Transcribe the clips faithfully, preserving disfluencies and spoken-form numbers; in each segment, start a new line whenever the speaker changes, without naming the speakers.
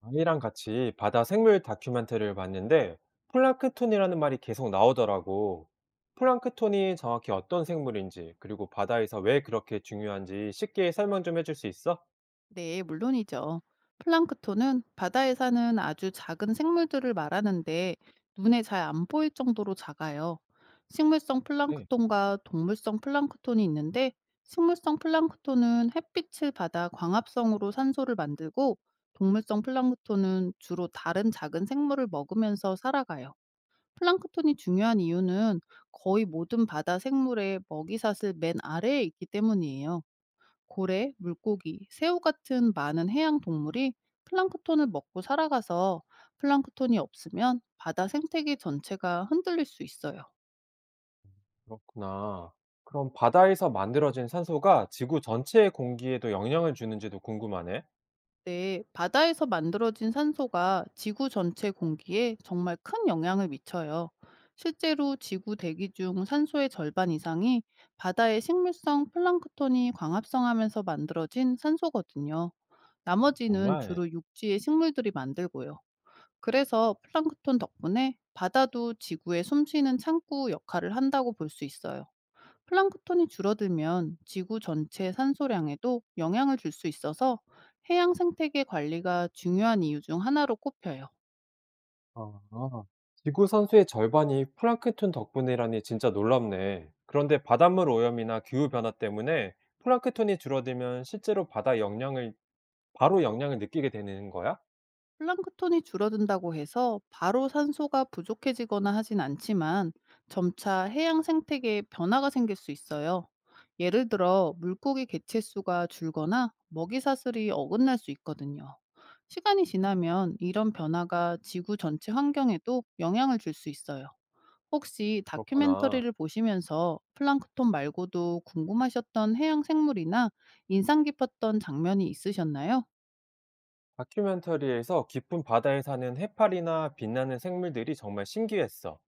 아이랑 같이 바다 생물 다큐멘터리를 봤는데 플랑크톤이라는 말이 계속 나오더라고. 플랑크톤이 정확히 어떤 생물인지, 그리고 바다에서 왜 그렇게 중요한지 쉽게 설명 좀 해줄 수 있어?
네, 물론이죠. 플랑크톤은 바다에 사는 아주 작은 생물들을 말하는데, 눈에 잘 안 보일 정도로 작아요. 식물성
네,
플랑크톤과 동물성 플랑크톤이 있는데, 식물성 플랑크톤은 햇빛을 받아 광합성으로 산소를 만들고, 동물성 플랑크톤은 주로 다른 작은 생물을 먹으면서 살아가요. 플랑크톤이 중요한 이유는 거의 모든 바다 생물의 먹이사슬 맨 아래에 있기 때문이에요. 고래, 물고기, 새우 같은 많은 해양 동물이 플랑크톤을 먹고 살아가서, 플랑크톤이 없으면 바다 생태계 전체가 흔들릴 수 있어요.
그렇구나. 그럼 바다에서 만들어진 산소가 지구 전체의 공기에도 영향을 주는지도 궁금하네.
네, 바다에서 만들어진 산소가 지구 전체 공기에 정말 큰 영향을 미쳐요. 실제로 지구 대기 중 산소의 절반 이상이 바다의 식물성 플랑크톤이 광합성하면서 만들어진 산소거든요. 나머지는
정말?
주로 육지의 식물들이 만들고요. 그래서 플랑크톤 덕분에 바다도 지구의 숨쉬는 창구 역할을 한다고 볼 수 있어요. 플랑크톤이 줄어들면 지구 전체 산소량에도 영향을 줄 수 있어서 해양 생태계 관리가 중요한 이유 중 하나로 꼽혀요.
아. 지구 선수의 절반이 플랑크톤 덕분이라니 진짜 놀랍네. 그런데 바닷물 오염이나 기후 변화 때문에 플랑크톤이 줄어들면 실제로 바다 영향을 바로 영향을 느끼게 되는 거야?
플랑크톤이 줄어든다고 해서 바로 산소가 부족해지거나 하진 않지만, 점차 해양 생태계에 변화가 생길 수 있어요. 예를 들어 물고기 개체수가 줄거나 먹이 사슬이 어긋날 수 있거든요. 시간이 지나면 이런 변화가 지구 전체 환경에도 영향을 줄 수 있어요. 혹시
그렇구나.
다큐멘터리를 보시면서 플랑크톤 말고도 궁금하셨던 해양 생물이나 인상 깊었던 장면이 있으셨나요?
다큐멘터리에서 깊은 바다에 사는 해파리나 빛나는 생물들이 정말 신기했어.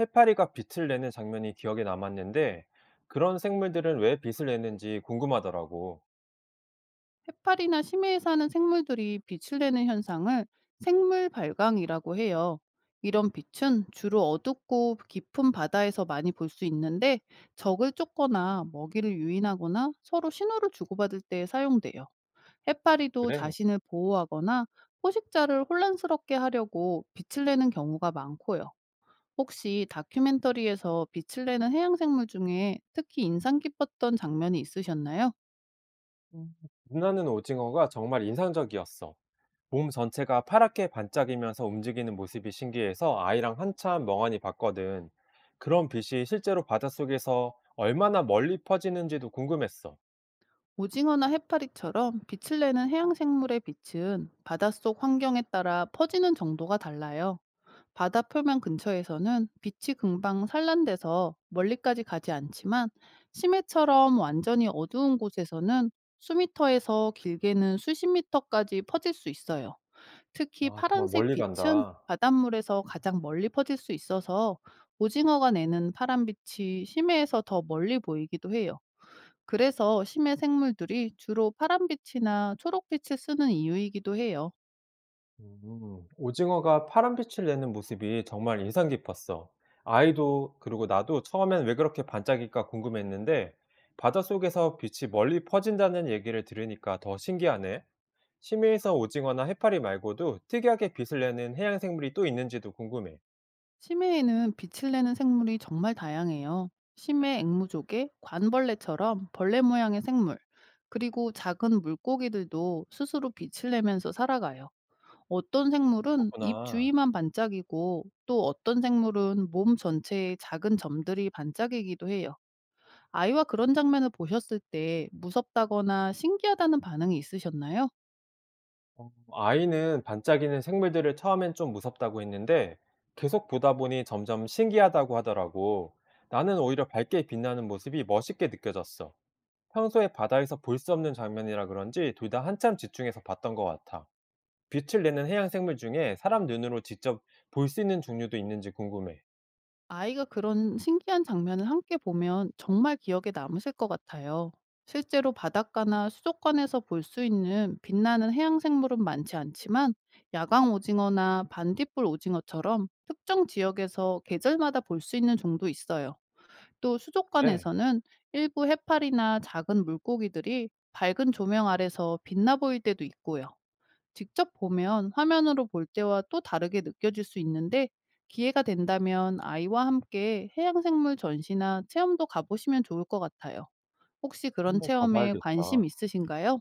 해파리가 빛을 내는 장면이 기억에 남았는데 그런 생물들은 왜 빛을 내는지 궁금하더라고.
해파리나 심해에 사는 생물들이 빛을 내는 현상을 생물 발광이라고 해요. 이런 빛은 주로 어둡고 깊은 바다에서 많이 볼 수 있는데, 적을 쫓거나 먹이를 유인하거나 서로 신호를 주고받을 때 사용돼요. 해파리도
그래.
자신을 보호하거나 포식자를 혼란스럽게 하려고 빛을 내는 경우가 많고요. 혹시 다큐멘터리에서 빛을 내는 해양생물 중에 특히 인상 깊었던 장면이 있으셨나요?
음. 빛나는 오징어가 정말 인상적이었어. 몸 전체가 파랗게 반짝이면서 움직이는 모습이 신기해서 아이랑 한참 멍하니 봤거든. 그런 빛이 실제로 바닷속에서 얼마나 멀리 퍼지는지도 궁금했어.
오징어나 해파리처럼 빛을 내는 해양생물의 빛은 바닷속 환경에 따라 퍼지는 정도가 달라요. 바다 표면 근처에서는 빛이 금방 산란돼서 멀리까지 가지 않지만, 심해처럼 완전히 어두운 곳에서는 수미터에서 길게는 수십 미터까지 퍼질 수 있어요. 특히
아, 정말
파란색
멀리
빛은
간다.
바닷물에서 가장 멀리 퍼질 수 있어서 오징어가 내는 파란 빛이 심해에서 더 멀리 보이기도 해요. 그래서 심해 생물들이 주로 파란빛이나 초록빛을 쓰는 이유이기도 해요.
음. 오징어가 파란 빛을 내는 모습이 정말 인상 깊었어. 아이도, 그리고 나도 처음엔 왜 그렇게 반짝일까 궁금했는데, 바닷속에서 빛이 멀리 퍼진다는 얘기를 들으니까 더 신기하네. 심해에서 오징어나 해파리 말고도 특이하게 빛을 내는 해양 생물이 또 있는지도 궁금해.
심해에는 빛을 내는 생물이 정말 다양해요. 심해 앵무족의 관벌레처럼 벌레 모양의 생물, 그리고 작은 물고기들도 스스로 빛을 내면서 살아가요. 어떤 생물은 입
그렇구나.
주위만 반짝이고, 또 어떤 생물은 몸 전체에 작은 점들이 반짝이기도 해요. 아이와 그런 장면을 보셨을 때 무섭다거나 신기하다는 반응이 있으셨나요?
어, 아이는 반짝이는 생물들을 처음엔 좀 무섭다고 했는데, 계속 보다 보니 점점 신기하다고 하더라고. 나는 오히려 밝게 빛나는 모습이 멋있게 느껴졌어. 평소에 바다에서 볼 수 없는 장면이라 그런지 둘 다 한참 집중해서 봤던 것 같아. 빛을 내는 해양 생물 중에 사람 눈으로 직접 볼 수 있는 종류도 있는지 궁금해.
아이가 그런 신기한 장면을 함께 보면 정말 기억에 남으실 것 같아요. 실제로 바닷가나 수족관에서 볼 수 있는 빛나는 해양 생물은 많지 않지만, 야광 오징어나 반딧불 오징어처럼 특정 지역에서 계절마다 볼 수 있는 종도 있어요. 또
그래,
수족관에서는 일부 해파리나 작은 물고기들이 밝은 조명 아래서 빛나 보일 때도 있고요. 직접 보면 화면으로 볼 때와 또 다르게 느껴질 수 있는데, 기회가 된다면 아이와 함께 해양생물 전시나 체험도 가보시면 좋을 것 같아요. 혹시 그런
한번
체험에
가봐야겠다.
관심 있으신가요?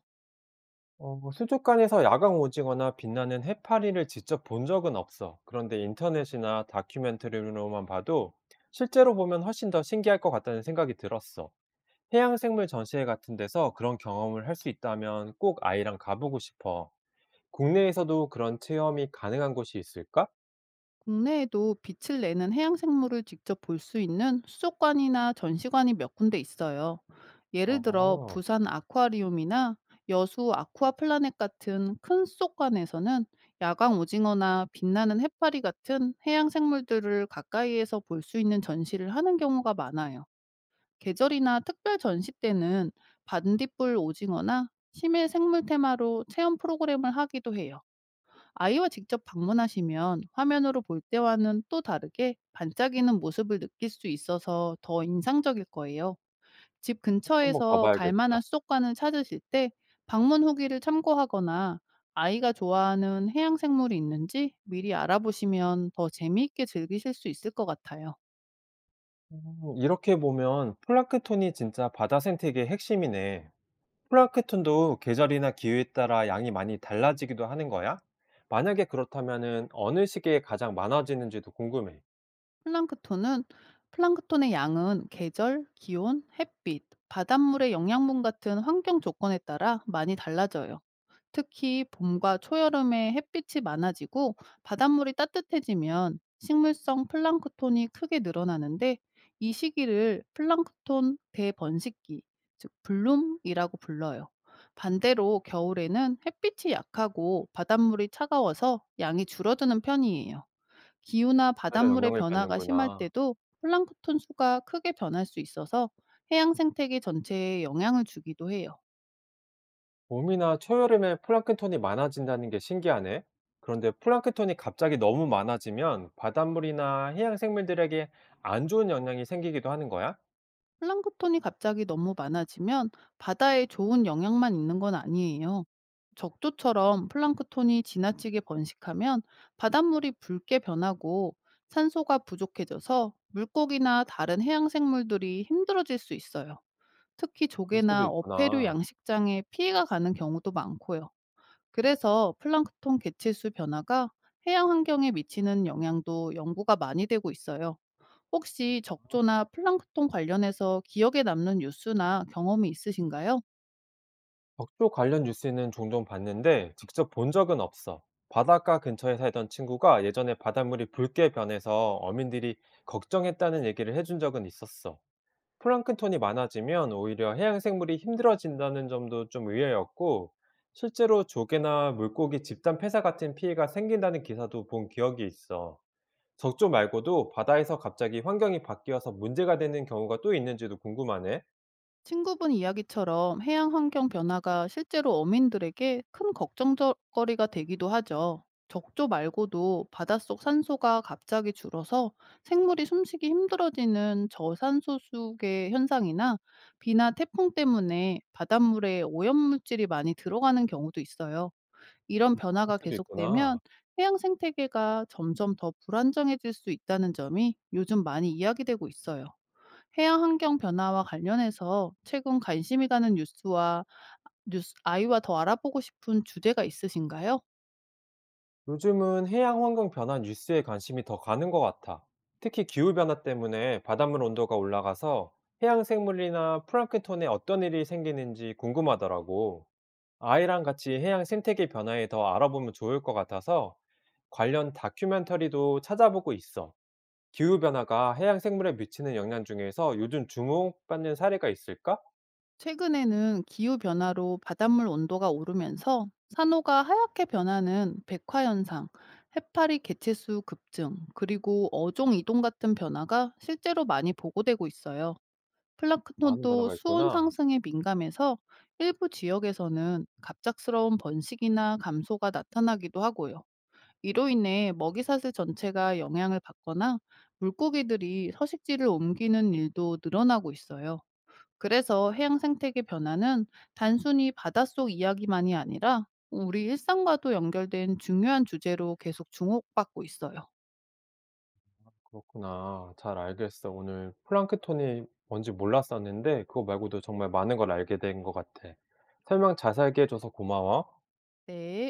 어, 뭐 수족관에서 야광 오징어나 빛나는 해파리를 직접 본 적은 없어. 그런데 인터넷이나 다큐멘터리로만 봐도 실제로 보면 훨씬 더 신기할 것 같다는 생각이 들었어. 해양 생물 전시회 같은 데서 그런 경험을 할 수 있다면 꼭 아이랑 가보고 싶어. 국내에서도 그런 체험이 가능한 곳이 있을까?
국내에도 빛을 내는 해양 생물을 직접 볼 수 있는 수족관이나 전시관이 몇 군데 있어요. 예를
아.
들어
꼭
부산 아쿠아리움이나 여수 아쿠아플라넷 같은 큰 수족관에서는 야광 오징어나 빛나는 해파리 같은 해양 생물들을 가까이에서 볼 수 있는 전시를 하는 경우가 많아요. 계절이나 특별 전시 때는 반딧불 오징어나 심해 생물 테마로 체험 프로그램을 하기도 해요. 아이와 직접 방문하시면 화면으로 볼 때와는 또 다르게 반짝이는 모습을 느낄 수 있어서 더 인상적일 거예요. 집
한번
근처에서 갈 만한
가봐야겠다.
수족관을 찾으실 때 방문 후기를 참고하거나 아이가 좋아하는 해양 생물이 있는지 미리 알아보시면 더 재미있게 즐기실 수 있을 것 같아요.
음 이렇게 보면 플랑크톤이 진짜 바다 생태계의 핵심이네. 플랑크톤도 계절이나 기후에 따라 양이 많이 달라지기도 하는 거야? 만약에 그렇다면은 어느 시기에 가장 많아지는지도 궁금해.
플랑크톤은 플랑크톤의 양은 계절, 기온, 햇빛, 바닷물의 영양분 같은 환경 조건에 따라 많이 달라져요. 특히 봄과 초여름에 햇빛이 많아지고 바닷물이 따뜻해지면 식물성 플랑크톤이 크게 늘어나는데, 이 시기를 플랑크톤 대번식기, 즉 블룸이라고 불러요. 반대로 겨울에는 햇빛이 약하고 바닷물이 차가워서 양이 줄어드는 편이에요. 기후나
다
바닷물의
영향을
변화가 심할
받는구나.
때도 플랑크톤 수가 크게 변할 수 있어서 해양 생태계 전체에 영향을 주기도 해요.
봄이나 초여름에 플랑크톤이 많아진다는 게 신기하네. 그런데 플랑크톤이 갑자기 너무 많아지면 바닷물이나 해양 생물들에게 안 좋은 영향이 생기기도 하는 거야?
플랑크톤이 갑자기 너무 많아지면 바다에 좋은 영향만 있는 건 아니에요. 적조처럼 플랑크톤이 지나치게 번식하면 바닷물이 붉게 변하고 산소가 부족해져서 물고기나 다른 해양 생물들이 힘들어질 수 있어요. 특히
볼 수도
조개나 어패류
있구나.
양식장에 피해가 가는 경우도 많고요. 그래서 플랑크톤 개체수 변화가 해양 환경에 미치는 영향도 연구가 많이 되고 있어요. 혹시 적조나 플랑크톤 관련해서 기억에 남는 뉴스나 경험이 있으신가요?
덕조 관련 뉴스는 종종 봤는데 직접 본 적은 없어. 바닷가 근처에 살던 친구가 예전에 바닷물이 붉게 변해서 어민들이 걱정했다는 얘기를 해준 적은 있었어. 플랑크톤이 많아지면 오히려 해양 생물이 힘들어진다는 점도 좀 의외였고, 실제로 조개나 물고기 집단 폐사 같은 피해가 생긴다는 기사도 본 기억이 있어. 적조 말고도 바다에서 갑자기 환경이 바뀌어서 문제가 되는 경우가 또 있는지도 궁금하네.
친구분 이야기처럼 해양 환경 변화가 실제로 어민들에게 큰 걱정거리가 되기도 하죠. 적조 말고도 바닷속 산소가 갑자기 줄어서 생물이 숨쉬기 힘들어지는 저산소 수계 현상이나 비나 태풍 때문에 바닷물에 오염물질이 많이 들어가는 경우도 있어요. 이런
그럴
변화가
수도
계속되면
있구나.
해양 생태계가 점점 더 불안정해질 수 있다는 점이 요즘 많이 이야기되고 있어요. 해양 환경 변화와 관련해서 최근 관심이 가는 뉴스와 뉴스 아이와 더 알아보고 싶은 주제가 있으신가요?
요즘은 해양 환경 변화 뉴스에 관심이 더 가는 것 같아. 특히 기후변화 때문에 바닷물 온도가 올라가서 해양 생물이나 플랑크톤에 어떤 일이 생기는지 궁금하더라고. 아이랑 같이 해양 생태계 변화에 더 알아보면 좋을 것 같아서 관련 다큐멘터리도 찾아보고 있어. 기후변화가 해양 생물에 미치는 영향 중에서 요즘 주목받는 사례가 있을까?
최근에는 기후 변화로 바닷물 온도가 오르면서 산호가 하얗게 변하는 백화 현상, 해파리 개체수 급증, 그리고 어종 이동 같은 변화가 실제로 많이 보고되고 있어요.
많은
플라크톤도
변화가
수온
있구나.
상승에 민감해서 일부 지역에서는 갑작스러운 번식이나 감소가 나타나기도 하고요. 이로 인해 먹이사슬 전체가 영향을 받거나 물고기들이 서식지를 옮기는 일도 늘어나고 있어요. 그래서 해양 생태계 변화는 단순히 바닷속 이야기만이 아니라 우리 일상과도 연결된 중요한 주제로 계속 주목받고 있어요.
그렇구나. 잘 알겠어. 오늘 플랑크톤이 뭔지 몰랐었는데 그거 말고도 정말 많은 걸 알게 된 것 같아. 설명 자세하게 해줘서 고마워.
네.